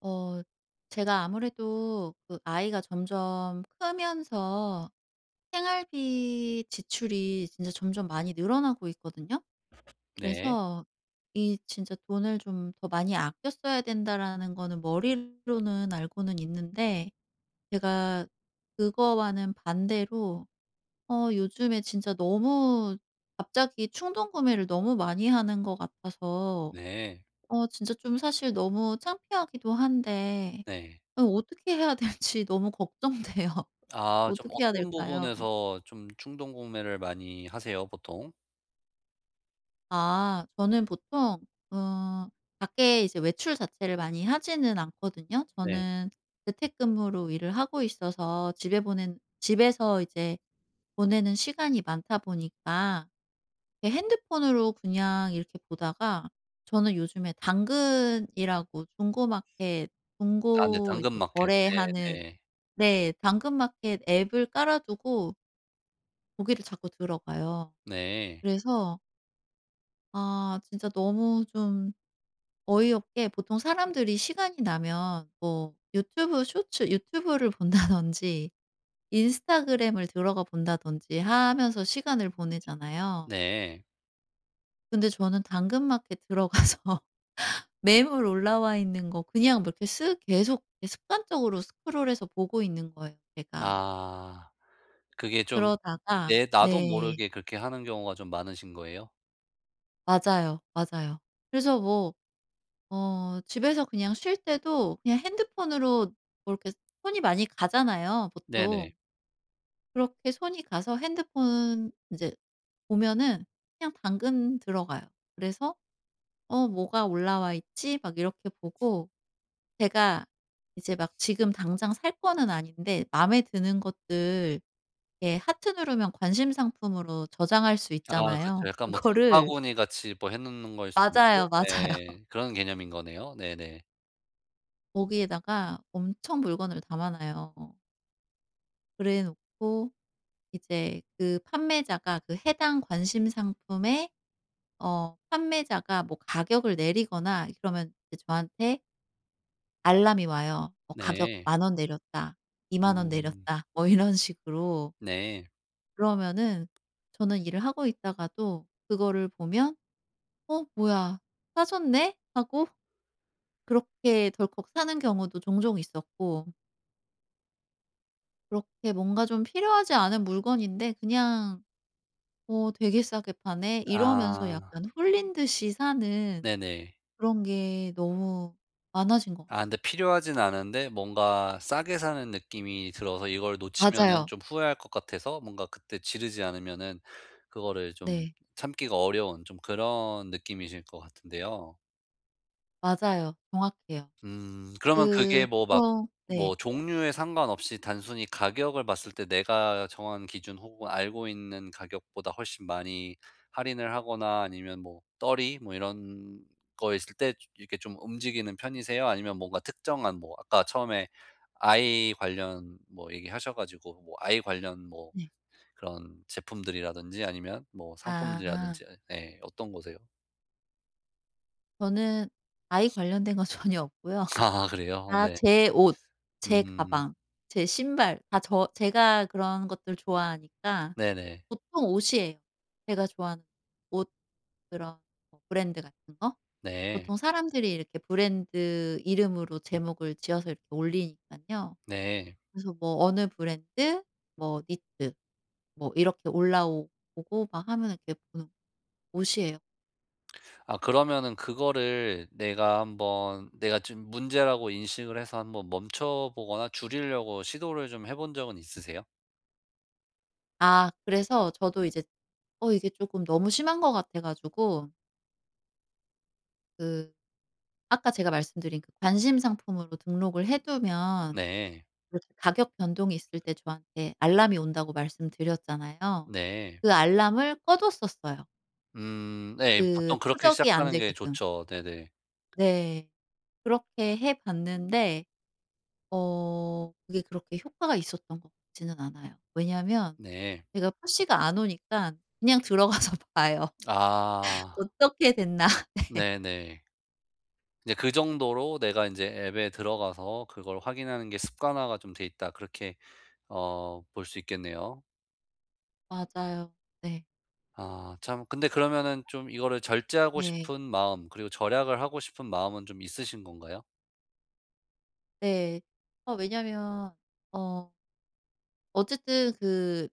어 제가 아무래도 그 아이가 점점 크면서 생활비 지출이 진짜 점점 많이 늘어나고 있거든요. 네. 그래서 이 진짜 '돈을 좀 더 많이 아껴 써야 된다.'라는 거는 머리로는 알고는 있는데 제가 그거와는 반대로 요즘에 진짜 너무 갑자기 충동 구매를 너무 많이 하는 것 같아서 네. 진짜 좀 사실 너무 창피하기도 한데 네. 어떻게 해야 될지 너무 걱정돼요. 아, 좀 어떻게 해야 어떤 될까요? 부분에서 좀 충동 구매를 많이 하세요, 보통? 아, 저는 보통 어 밖에 이제 외출 자체를 많이 하지는 않거든요. 네. 저는 재택근무로 일을 하고 있어서 집에서 이제 보내는 시간이 많다 보니까 이렇게 핸드폰으로 그냥 이렇게 보다가, 저는 요즘에 당근이라고 중고마켓, 아, 네, 중고 이제 당근마켓. 거래하는. 네네. 네, 당근마켓 앱을 깔아 두고 거기를 자꾸 들어가요. 네. 네. 그래서 아, 진짜 너무 좀 어이없게, 보통 사람들이 시간이 나면 뭐 유튜브 쇼츠 유튜브를 본다든지 인스타그램을 들어가 본다든지 하면서 시간을 보내잖아요. 네. 근데 저는 당근마켓 들어가서 매물 올라와 있는 거 그냥 뭐 이렇게 쓱 계속 이렇게 습관적으로 스크롤해서 보고 있는 거예요 제가. 아, 그게 좀 그러다가. 내, 나도 네. 모르게 그렇게 하는 경우가 좀 많으신 거예요? 맞아요, 맞아요. 그래서 뭐 집에서 그냥 쉴 때도 그냥 핸드폰으로 뭐 이렇게 손이 많이 가잖아요 네네. 보통. 그렇게 손이 가서 핸드폰 이제 보면은 그냥 당근 들어가요. 그래서 '어, 뭐가 올라와 있지?' 막 이렇게 보고, 제가 이제 막 지금 당장 살 거는 아닌데 마음에 드는 것들 이렇게 하트 누르면 관심 상품으로 저장할 수 아, 그쵸. 있잖아요. 약간 뭐 그거를. 장바구니 같이 뭐 해 놓는 거일 수도 맞아요, 있고, 맞아요. 네, 그런 개념인 거네요. 네네. 거기에다가 엄청 물건을 담아 놔요. 그래 놓고 이제 그 판매자가, 그 해당 관심 상품의 판매자가 뭐 가격을 내리거나 그러면 이제 저한테 알람이 와요. 어, "가격 네. 1만 원 내렸다. 2만 원 음. 내렸다." 뭐 이런 식으로. 네. 그러면은 저는 일을 하고 있다가도 그거를 보면 '어, 뭐야, 싸졌네?' 하고 그렇게 덜컥 사는 경우도 종종 있었고, 그렇게 뭔가 좀 필요하지 않은 물건인데 그냥 되게 싸게 파네 이러면서 아. 약간 홀린 듯이 사는 네네. 그런 게 너무 많아진 것 같아요. 아, 근데 필요하진 않은데 뭔가 싸게 사는 느낌이 들어서 이걸 놓치면은 맞아요. 좀 후회할 것 같아서 뭔가 그때 지르지 않으면은 그거를 좀 네. 참기가 어려운 좀 그런 느낌이실 것 같은데요. 맞아요. 정확해요. 음. 그러면 그 그게 뭐 막 보통. 네. 뭐 종류에 상관없이 단순히 가격을 봤을 때 내가 정한 기준 혹은 알고 있는 가격보다 훨씬 많이 할인을 하거나 아니면 뭐 떨이 뭐 이런 거 있을 때 이렇게 좀 움직이는 편이세요? 아니면 뭔가 특정한, 뭐 아까 처음에 아이 관련 뭐 얘기하셔 가지고 뭐 아이 관련 뭐 네. 그런 제품들이라든지 아니면 뭐 아. 상품들이라든지, 네, 어떤 거세요? 저는 아이 관련된 건 전혀 없고요. 아, 그래요? 다 네. 제 옷, 제 음. 가방, 제 신발. 다 저, 제가 그런 것들 좋아하니까 네네. 보통 옷이에요. 제가 좋아하는 옷, 그런 뭐 브랜드 같은 거. 네. 보통 사람들이 이렇게 브랜드 이름으로 제목을 지어서 이렇게 올리니깐요. 네. 그래서 뭐 어느 브랜드 뭐 니트 뭐 이렇게 올라오고 막 하면 이렇게 보는 옷이에요. 아, 그러면은 그거를 내가 한번, 내가 좀 문제라고 인식을 해서 한번 멈춰 보거나 줄이려고 시도를 좀 해본 적은 있으세요? 아, 그래서 저도 이제 이게 쪼끔 너무 심한 것 같아 가지고, 그 아까 제가 말씀드린 그 관심 상품으로 등록을 해 두면 네. 이렇게 가격 변동이 있을 때 저한테 알람이 온다고 말씀드렸잖아요. 네. 그 알람을 꺼 뒀었어요, 음, 네. 그 보통 그렇게 추적이 안 시작하는 게 되게끔. 좋죠. 네네. 네. 그렇게 해 봤는데 그게 그렇게 효과가 있었던 것 같지는 않아요. 왜냐하면 네. 제가 푸시가 안 오니까 그냥 들어가서 봐요. 아. '어떻게 됐나.' 네. 네네. 이제 '그 정도로 내가 이제 앱에 들어가서 그걸 확인하는 게 습관화가 좀 돼 있다.' 그렇게 어 볼 수 있겠네요. 맞아요. 네. 아, 참, 근데 그러면은 좀 이거를 절제하고 네. 싶은 마음 그리고 절약을 하고 싶은 마음은 좀 있으신 건가요? 네. 왜냐하면 어 어쨌든 그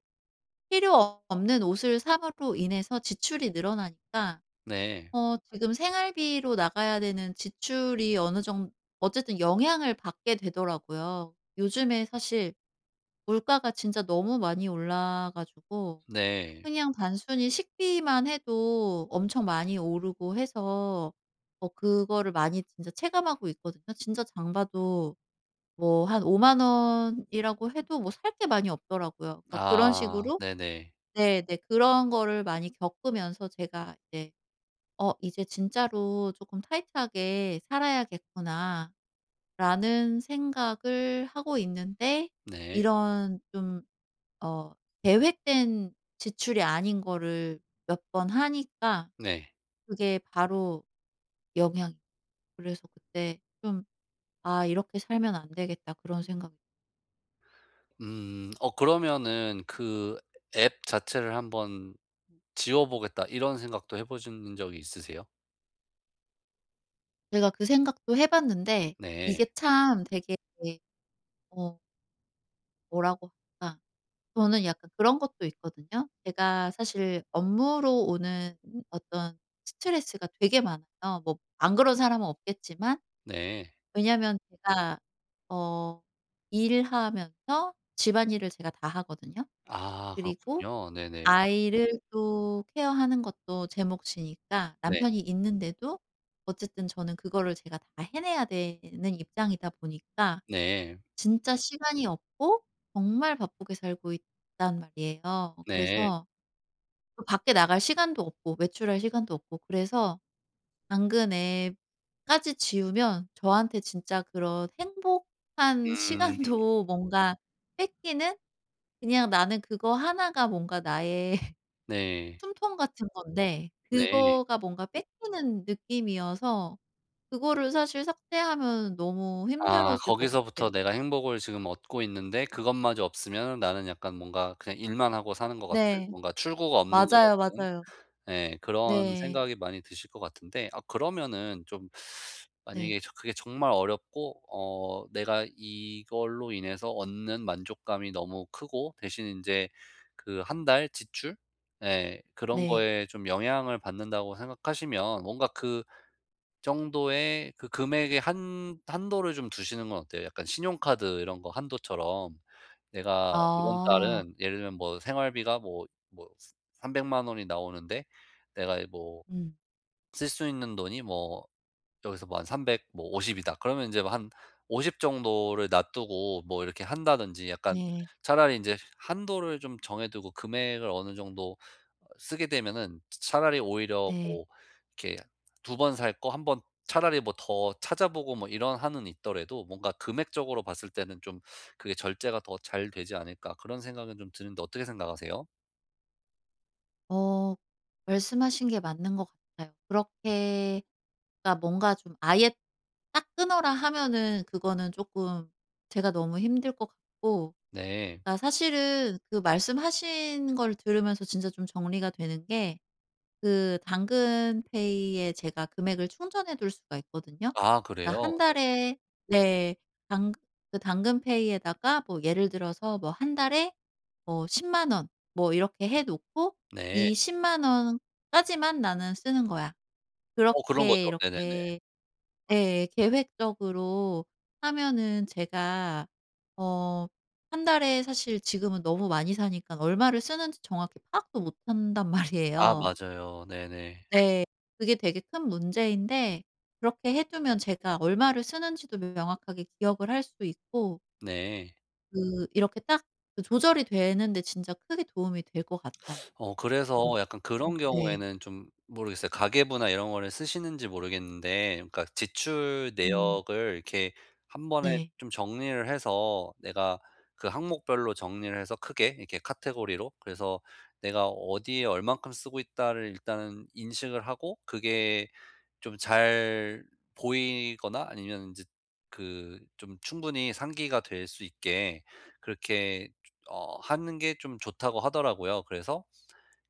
필요 없는 옷을 삼으로 인해서 지출이 늘어나니까 네. 지금 생활비로 나가야 되는 지출이 어느 정, 어쨌든 영향을 받게 되더라고요. 요즘에 사실 물가가 진짜 너무 많이 올라 가지고 네. 그냥 단순히 식비만 해도 엄청 많이 오르고 해서 그거를 많이 진짜 체감하고 있거든요. 진짜 장 봐도 뭐 한5만 원이라고 해도 뭐 살 게 많이 없더라고요. 그러니까 그런 아, 식으로, 네네. 네네, 그런 거를 많이 겪으면서 제가 이제 '어, 이제 진짜로 조금 타이트하게 살아야겠구나.'라는 생각을 하고 있는데, 네. 이런 좀 어 계획된 지출이 아닌 거를 몇 번 하니까 네. 그게 바로 영향이. 그래서 그때 좀 '아, 이렇게 살면 안 되겠다.' 그런 생각이. 음. 어, 그러면은 그 '앱 자체를 한번 지워 보겠다.' 이런 생각도 해 보신 적이 있으세요? 제가 그 생각도 해 봤는데 네. 이게 참 되게 어 뭐라고 할까, 저는 약간 그런 것도 있거든요. 제가 사실 업무로 오는 어떤 스트레스가 되게 많아요. 뭐 안 그런 사람은 없겠지만, 네. 왜냐면 하 제가 어 일하면서 집안일을 제가 다 하거든요. 아, 그리고 그렇군요. 네네. 아이를 또 케어하는 것도 제 몫이니까 네. 남편이 있는데도 어쨌든 저는 그거를 제가 다 해내야 되는 입장이다 보니까 네. 진짜 시간이 없고 정말 바쁘게 살고 있단 말이에요. 네. 그래서 또 밖에 나갈 시간도 없고 외출할 시간도 없고, 그래서 당근 앱까지 지우면 저한테 진짜 그런 행복한 음. 시간도 뭔가 뺏기는, 그냥 나는 그거 하나가 뭔가 나의 네. 숨통 같은 건데 네. 그거가 뭔가 뺏기는 느낌이어서, 그거를 사실 삭제하면 너무 아, 힘들어질 것 같아요. 거기서부터 '내가 행복을 지금 얻고 있는데 그것마저 없으면 나는 약간 뭔가 그냥 일만 하고 사는 것 같은, 네. 뭔가 출구가 없는 것 맞아요, 같은.' 맞아요. 예. 그런 네. 생각이 많이 드실 것 같은데, 아, 그러면은 좀 네. 만약에 저 그게 정말 어렵고, 어 내가 이걸로 인해서 얻는 만족감이 너무 크고, 대신 이제 그 한 달 지출 예 그런 네. 거에 좀 영향을 받는다고 생각하시면 뭔가 그 정도의 그 금액의 한 한도를 좀 두시는 건 어때요? 약간 신용카드 이런 거 한도처럼. 내가 이번 아. 달은 예를 들면 뭐 생활비가 뭐 3 0 0 원이 나오는데, 내가 뭐 음. 쓸 수 있는 돈이 뭐 여기서 뭐 한3백뭐50 이다. 그러면 이제한50 정도를 놔두고 뭐 이렇게 한다든지, 약간 네. 차라리 이제 한도를 좀 정해 두고 금액을 어느 정도 쓰게 되면은 차라리 오히려 네. 뭐 이렇게 두 번 살 거 한 번 차라리 뭐 더 찾아보고 뭐 이런 한은 있더라도 뭔가 금액적으로 봤을 때는 좀 그게 절제가 더 잘 되지 않을까, 그런 생각은 좀 드는데 어떻게 생각하세요? 어 말씀하신 게 맞는 것 같아요. 그렇게 그러니까 뭔가 좀 아예 "딱 끊어라." 하면은 그거는 쪼끔 제가 너무 힘들 것 같고, 네. 그러니까 사실은 그 말씀하신 걸 들으면서 진짜 좀 정리가 되는 게, 그 당근페이에 제가 금액을 충전해 둘 수가 있거든요. 아, 그러니까 그래요? 한 달에. 네. 당, 그 당근페이에다가 뭐 예를 들어서 뭐 한 달에 뭐1 0원 뭐 이렇게 해 놓고 이 네. 1 0 원까지만 나는 쓰는 거야, 어, 그런 그렇게 거죠. 네네네. 이렇게. 예, 계획적으로 하면은 제가 어 한 달에 사실 지금은 너무 많이 사니까 얼마를 쓰는지 정확히 파악도 못 한단 아, 말이에요. 맞아요. 네네. 네. 그게 되게 큰 문제인데 그렇게 해 두면 제가 얼마를 쓰는지도 명확하게 기억을 할 수 있고, 네. 그 이렇게 딱 그 조절이 되는데 진짜 크게 도움이 될 것 같아요. 어, 어. 그래서 약간 음. 그런 네. 경우에는 좀 모르겠어요. 가계부나 이런 거를 쓰시는지 모르겠는데, 그러니까 지출 음. 내역을 이렇게 한 번에 네. 좀 정리를 해서 내가 그 항목별로 정리를 해서 크게 이렇게 카테고리로, 그래서 내가 어디에 얼만큼 쓰고 있다를 일단은 인식을 하고, 그게 좀 잘 보이거나 아니면 인제 그 좀 충분히 상기가 될 수 있게 그렇게 어 하는 게 좀 좋다고 하더라고요. 그래서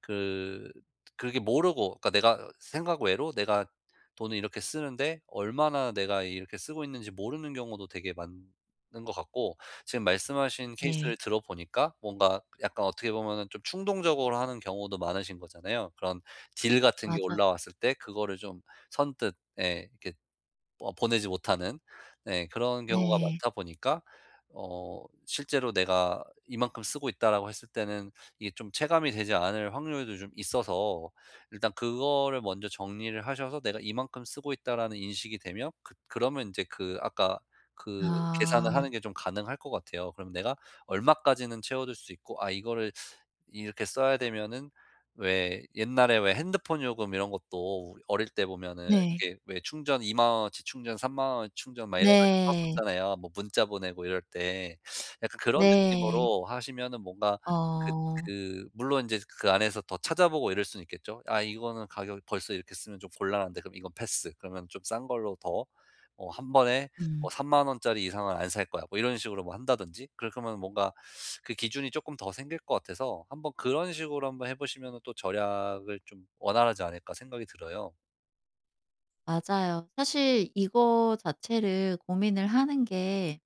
그 그게 모르고, 그러니까 내가 생각 외로 내가 돈을 이렇게 쓰는데 얼마나 내가 이렇게 쓰고 있는지 모르는 경우도 되게 많은 것 같고, 지금 말씀하신 네. 케이스를 들어보니까 뭔가 약간 어떻게 보면은 좀 충동적으로 하는 경우도 많으신 거잖아요. 그런 딜 같은 게 맞아요. 올라왔을 때 그거를 좀 선뜻 예 이렇게 어 보내지 못하는 네 그런 경우가 네. 많다 보니까 어 실제로 '내가 이만큼 쓰고 있다.'라고 했을 때는 이게 좀 체감이 되지 않을 확률도 좀 있어서 일단 그거를 먼저 정리를 하셔서 '내가 이만큼 쓰고 있다.'라는 인식이 되면 그러면 이제 그 아까 그 계산을 아. 하는 게 좀 가능할 것 같아요. 그럼 내가 얼마까지는 채워둘 수 있고 '아, 이거를 이렇게 써야 되면은' 왜 옛날에 왜 핸드폰 요금 이런 것도 우리 어릴 때 보면은 네. 이렇게 왜 충전 2만 원어치, 충전 3만 원어치 충전 막 이래 가지고 네. 썼었잖아요. 뭐 문자 보내고 이럴 때. 약간 그런 네. 느낌으로 하시면은 뭔가 그 어. 그 물론 인제 그 안에서 더 찾아보고 이럴 수는 있겠죠. '아, 이거는 가격이 벌써 이렇게 쓰면 좀 곤란한데 그럼 이건 패스. 그러면 좀 싼 걸로 더 어 한 번에 음, 뭐3만 원짜리 이상은 안 살 거야.' 뭐 이런 식으로 뭐 한다든지. 그럴 거면 뭔가 그 기준이 쪼끔 더 생길 것 같아서 한번 그런 식으로 한번 해 보시면은 또 절약을 좀 원활하지 않을까 생각이 들어요. 맞아요. 사실 이거 자체를 고민을 하는 게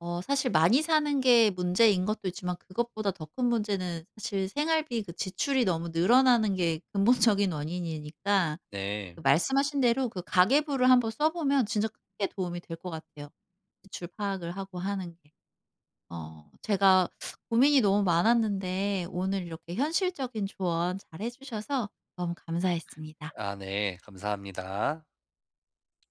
사실 많이 사는 게 문제인 것도 있지만 그것보다 더 큰 문제는 사실 생활비 그 지출이 너무 늘어나는 게 근본적인 원인이니까, 그 네. 말씀하신 대로 그 가계부를 한번 써 보면 진짜 크게 도움이 될 것 같아요, 지출 파악을 하고 하는 게. 제가 고민이 너무 많았는데 오늘 이렇게 현실적인 조언 잘해 주셔서 너무 감사했습니다. 아, 네. 감사합니다.